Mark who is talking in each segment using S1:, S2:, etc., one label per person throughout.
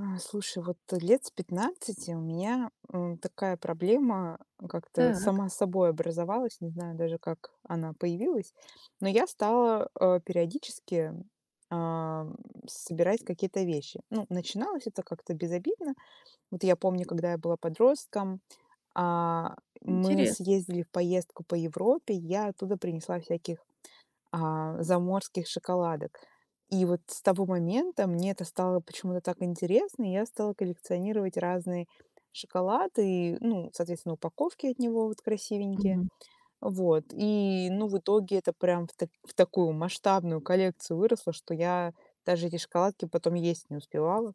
S1: Слушай, вот лет с 15 у меня, такая проблема как-то
S2: Так,
S1: сама собой образовалась, не знаю даже, как она появилась, но я стала, периодически, а, собирать какие-то вещи. Ну, начиналось это как-то безобидно. Вот я помню, когда я была подростком, а, мы
S2: интересно.
S1: съездили в поездку по Европе, я оттуда принесла всяких заморских шоколадок. И вот с того момента мне это стало почему-то так интересно, и я стала коллекционировать разные шоколады, и, ну, соответственно, упаковки от него вот красивенькие.
S2: Мгм.
S1: Вот. И, ну, в итоге это прям в такую масштабную коллекцию выросло, что я даже эти шоколадки потом есть не успевала.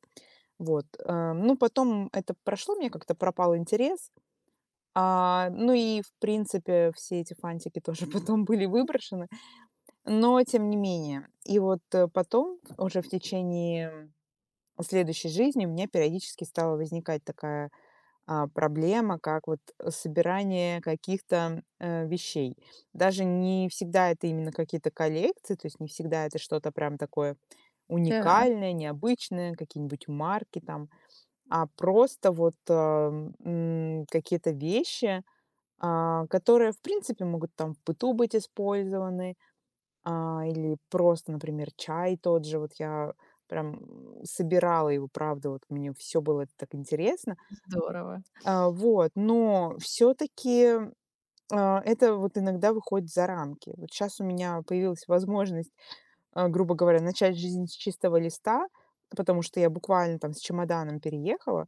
S1: Вот. Ну, потом это прошло, мне как-то пропал интерес. Ну и, в принципе, все эти фантики тоже потом были выброшены. Но тем не менее. И вот, потом, уже в течение следующей жизни у меня периодически стала возникать такая, проблема, как вот, собирание каких-то, вещей. Даже не всегда это именно какие-то коллекции, то есть не всегда это что-то прям такое
S2: Так.
S1: уникальное, необычное, какие-нибудь марки там, а просто вот, какие-то вещи, которые, в принципе, могут там в быту быть использованы, или просто, например, чай тот же. Вот я прям собирала его, правда, вот мне все было это так интересно.
S2: Здорово.
S1: Вот, но все таки это вот иногда выходит за рамки. Вот сейчас у меня появилась возможность, грубо говоря, начать жизнь с чистого листа, потому что я буквально там с чемоданом переехала.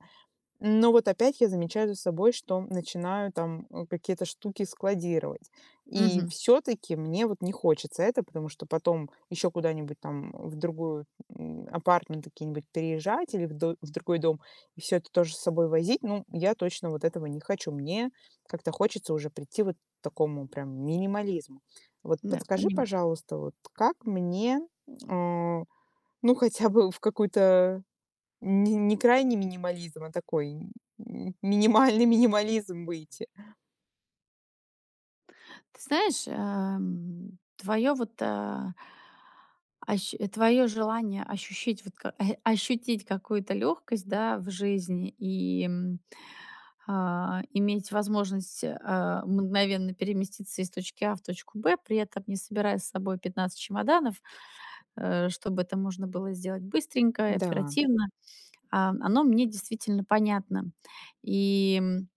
S1: Но вот опять я замечаю за собой, что начинаю там, какие-то штуки складировать. И
S2: Мгм.
S1: все таки мне вот не хочется это, потому что потом еще куда-нибудь там в другую, апартмент какие-нибудь переезжать или в другой дом, и все это тоже с собой возить. Ну, я точно вот этого не хочу. Мне как-то хочется уже прийти вот к такому прям минимализму. Вот
S2: Да,
S1: подскажи,
S2: понимаю.
S1: пожалуйста, вот как мне, э, ну, хотя бы в какую-то, не крайний минимализм, а такой минимальный минимализм выйти.
S2: Ты знаешь, твое вот, твое желание ощущить вот ка э, ощутить какую-то легкость, да, в жизни и иметь возможность, мгновенно переместиться из точки А в точку Б, при этом не собирая с собой 15 чемоданов, чтобы это можно было сделать быстренько и
S1: Да,
S2: оперативно. Оно мне действительно понятно. И м,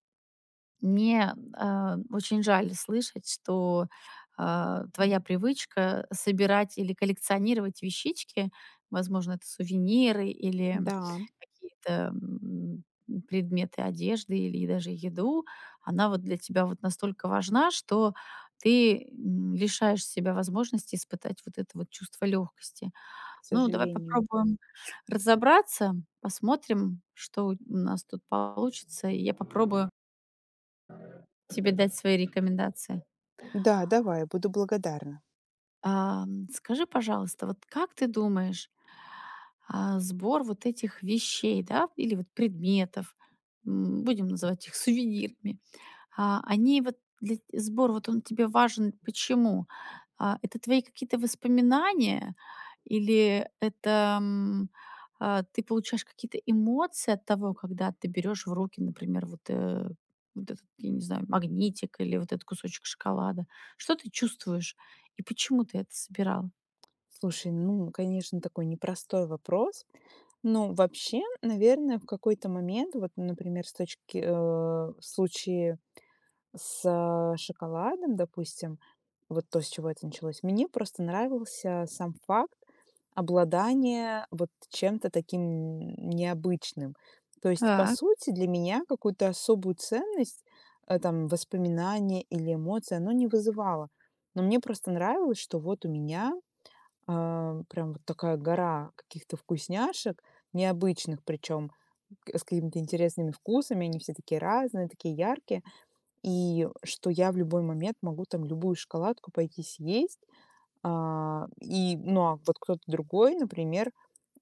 S2: Мне очень жаль слышать, что твоя привычка собирать или коллекционировать вещички, возможно, это сувениры или
S1: да,
S2: какие-то предметы одежды или даже еду, она вот для тебя вот настолько важна, что ты лишаешь себя возможности испытать вот это вот чувство легкости.
S1: к
S2: Ну, давай
S1: сожалению.
S2: попробуем разобраться. Посмотрим, что у нас тут получится, и я попробую тебе дать свои рекомендации.
S1: Да, давай, буду благодарна.
S2: Скажи, пожалуйста, вот как ты думаешь, сбор вот этих вещей, да, или вот предметов, будем называть их сувенирами, они сбор вот он тебе важен почему? Это твои какие-то воспоминания или это ты получаешь какие-то эмоции от того, когда ты берешь в руки, например, вот, вот этот, я не знаю, магнитик или вот этот кусочек шоколада? Что ты чувствуешь? И почему ты это собирал?
S1: Слушай, ну, конечно, такой непростой вопрос. Но вообще, наверное, в какой-то момент, вот, например, с точки, в случае с шоколадом, допустим, вот то, с чего это началось, мне просто нравился сам факт обладания вот чем-то таким необычным. То есть, по
S2: Так,
S1: сути, для меня какую-то особую ценность, там, воспоминание или эмоции, оно не вызывало. Но мне просто нравилось, что вот у меня, прям вот такая гора каких-то вкусняшек, необычных, причем с какими-то интересными вкусами. Они все такие разные, такие яркие. И что я в любой момент могу там любую шоколадку пойти съесть. И, ну, а вот кто-то другой, например,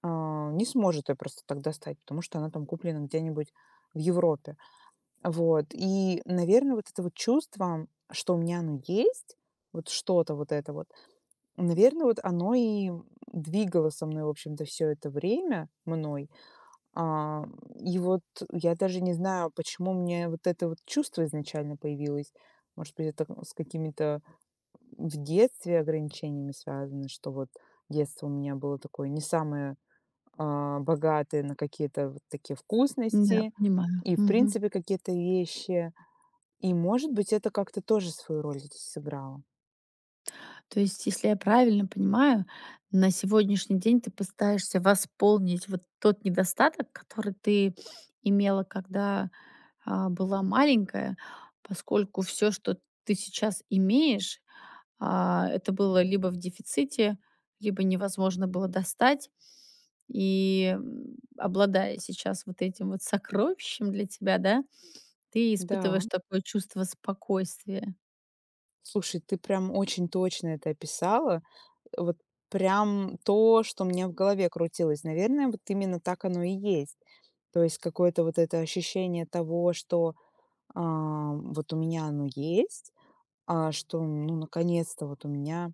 S1: не сможет ее просто так достать, потому что она там куплена где-нибудь в Европе. Вот. И, наверное, вот это вот чувство, что у меня оно есть, вот что-то вот это вот, наверное, вот оно и двигало со мной, в общем-то, все это время мной. А, и вот я даже не знаю, почему мне вот это вот чувство изначально появилось. Может быть, это с какими-то в детстве ограничениями связано, что вот детство у меня было такое не самое, богатое на какие-то вот такие
S2: да,
S1: вкусности
S2: понимаю.
S1: и, в
S2: Мгм.
S1: принципе, какие-то вещи. И, может быть, это как-то тоже свою роль здесь сыграло.
S2: То есть, если я правильно понимаю, на сегодняшний день ты пытаешься восполнить вот тот недостаток, который ты имела, когда была маленькая, поскольку все, что ты сейчас имеешь, это было либо в дефиците, либо невозможно было достать. Обладая сейчас вот этим вот сокровищем для тебя, да, ты
S1: Да,
S2: испытываешь такое чувство спокойствия.
S1: слушай, ты прям очень точно это описала. Вот прям то, что мне в голове крутилось. Наверное, вот именно так оно и есть. То есть какое-то вот это ощущение того, что, вот у меня оно есть, что, ну, наконец-то вот у меня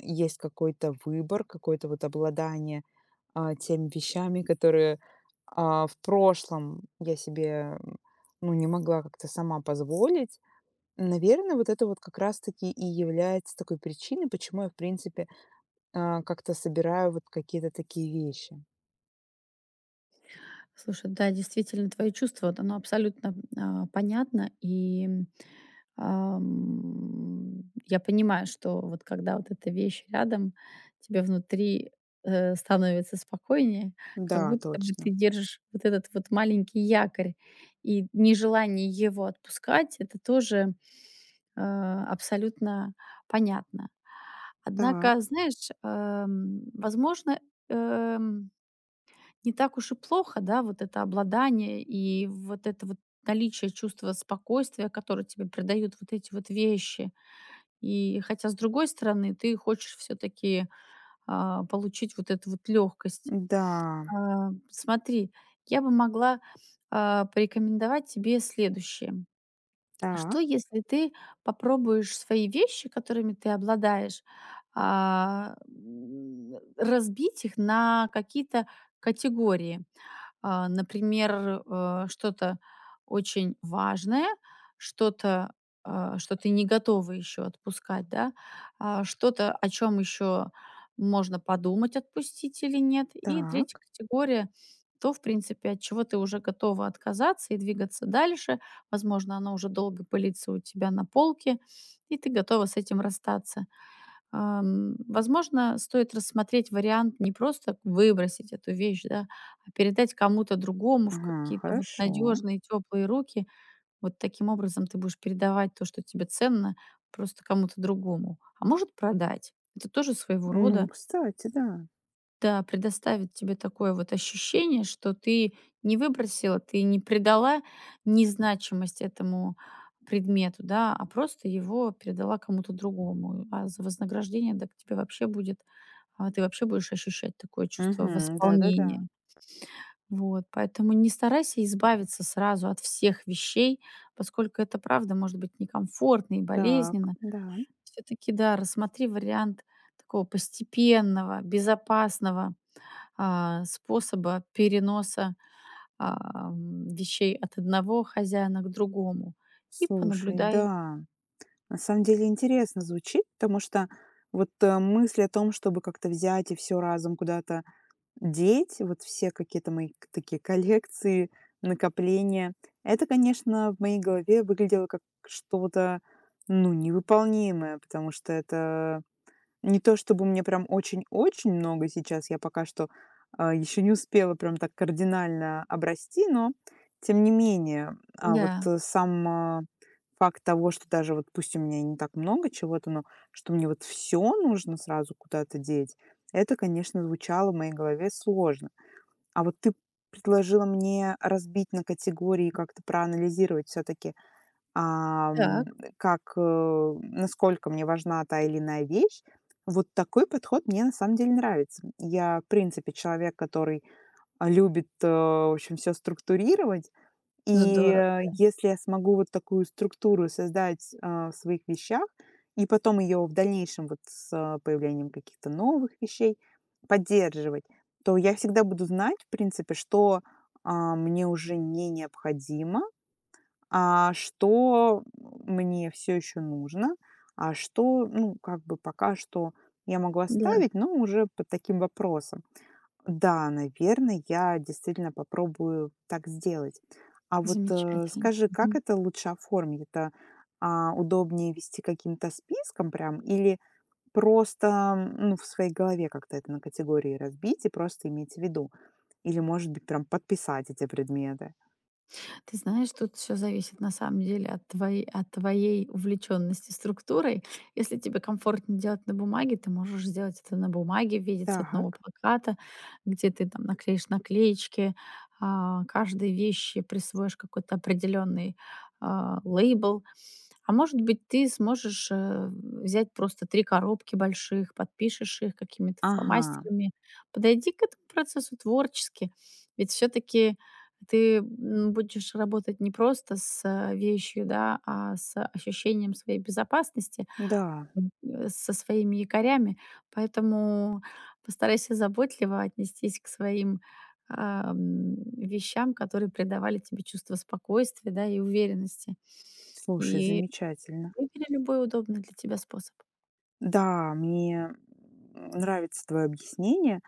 S1: есть какой-то выбор, какое-то вот обладание, теми вещами, которые, в прошлом я себе, ну, не могла как-то сама позволить. Наверное, вот это вот как раз-таки и является такой причиной, почему я, в принципе, как-то собираю вот какие-то такие вещи.
S2: Слушай, да, действительно, твои чувства, вот оно абсолютно понятно, и я понимаю, что вот когда вот эта вещь рядом, тебе внутри становится спокойнее, как
S1: Да,
S2: будто бы ты
S1: точно.
S2: держишь вот этот вот маленький якорь, и нежелание его отпускать, это тоже абсолютно понятно.
S1: Так.
S2: Однако, знаешь, возможно, эм, не так уж и плохо, да, вот это обладание и вот это вот наличие чувства спокойствия, которое тебе придают вот эти вот вещи. И хотя, с другой стороны, ты хочешь все-таки получить вот эту вот легкость.
S1: Да,
S2: А, смотри, я бы могла порекомендовать тебе следующее.
S1: так.
S2: Что, если ты попробуешь свои вещи, которыми ты обладаешь, разбить их на какие-то категории? А, например, что-то очень важное, что-то, что ты не готова еще отпускать, да, что-то, о чем еще можно подумать, отпустить или нет. И третья
S1: Так.
S2: категория – то, в принципе, от чего ты уже готова отказаться и двигаться дальше. Возможно, оно уже долго пылится у тебя на полке, и ты готова с этим расстаться. Возможно, стоит рассмотреть вариант не просто выбросить эту вещь, да, а передать кому-то другому в
S1: Ага,
S2: какие-то вот
S1: хорошо.
S2: надежные, теплые руки. Вот таким образом ты будешь передавать то, что тебе ценно, просто кому-то другому. А может, продать. Это тоже своего
S1: Ну,
S2: рода,
S1: кстати, да.
S2: да, предоставит тебе такое вот ощущение, что ты не выбросила, ты не придала незначимость этому предмету, да, а просто его передала кому-то другому. А за вознаграждение, да, к тебе вообще будет, ты вообще будешь ощущать такое чувство
S1: Угу, да-да-да.
S2: восполнения. Вот, поэтому не старайся избавиться сразу от всех вещей, поскольку это, правда, может быть некомфортно и
S1: Так,
S2: болезненно.
S1: да.
S2: Все-таки, да, рассмотри вариант такого постепенного, безопасного способа переноса, вещей от одного хозяина к другому. И
S1: Слушай,
S2: понаблюдай.
S1: да. На самом деле интересно звучит, потому что вот, мысль о том, чтобы как-то взять и все разом куда-то деть вот все какие-то такие коллекции, накопления. Это, конечно, в моей голове выглядело как что-то, ну, невыполнимое, потому что это не то чтобы мне прям очень-очень много сейчас, я пока что, еще не успела прям так кардинально обрасти, но тем не менее, вот,
S2: Да,
S1: сам, факт того, что даже вот пусть у меня и не так много чего-то, но что мне вот все нужно сразу куда-то деть, это, конечно, звучало в моей голове сложно. А вот ты предложила мне разбить на категории и как-то проанализировать все-таки, ам,
S2: так,
S1: как, насколько мне важна та или иная вещь. Вот такой подход мне на самом деле нравится. Я, в принципе, человек, который, любит, в общем, все структурировать. И,
S2: здорово.
S1: если я смогу вот такую структуру создать, в своих вещах, и потом ее в дальнейшем вот с, появлением каких-то новых вещей поддерживать, то я всегда буду знать, в принципе, что, мне уже не необходимо, что мне все еще нужно, а что, ну, как бы пока что я могу
S2: Да,
S1: оставить, но уже под таким вопросом. Да, наверное, я действительно попробую так сделать. А вот,
S2: замечательно.
S1: скажи, как
S2: Мгм.
S1: это лучше оформить? Это, удобнее вести каким-то списком прям или просто, ну, в своей голове как-то это на категории разбить и просто иметь в виду? Или, может быть, прям подписать эти предметы?
S2: Ты знаешь, тут все зависит на самом деле от твоей увлеченности структурой. Если тебе комфортнее делать на бумаге, ты можешь сделать это на бумаге в виде цветного
S1: Так.
S2: плаката, где ты там наклеишь наклеечки, каждой вещи присвоишь какой-то определенный лейбл. А может быть, ты сможешь, взять просто 3 коробки больших, подпишешь их какими-то
S1: Ага.
S2: фломастерами. Подойди к этому процессу творчески. Ведь все таки ты, будешь работать не просто с, вещью, да, а с ощущением своей безопасности,
S1: Да.
S2: Со своими якорями. Поэтому постарайся заботливо отнестись к своим, вещам, которые придавали тебе чувство спокойствия, да, и уверенности.
S1: Слушай,
S2: И
S1: замечательно.
S2: выбери любой удобный для тебя способ.
S1: Да, мне нравится твое объяснение.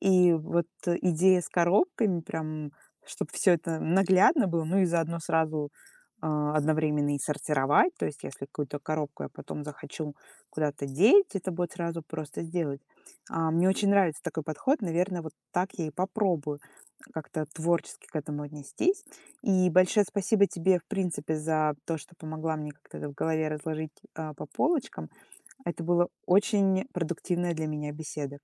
S1: И вот, идея с коробками, прям, чтобы все это наглядно было, ну и заодно сразу, одновременно и сортировать. То есть, если какую-то коробку я потом захочу куда-то деть, это будет сразу просто сделать. Мне очень нравится такой подход. Наверное, вот так я и попробую как-то творчески к этому отнестись. И большое спасибо тебе, в принципе, за то, что помогла мне как-то это в голове разложить, по полочкам. Это была очень продуктивная для меня беседа.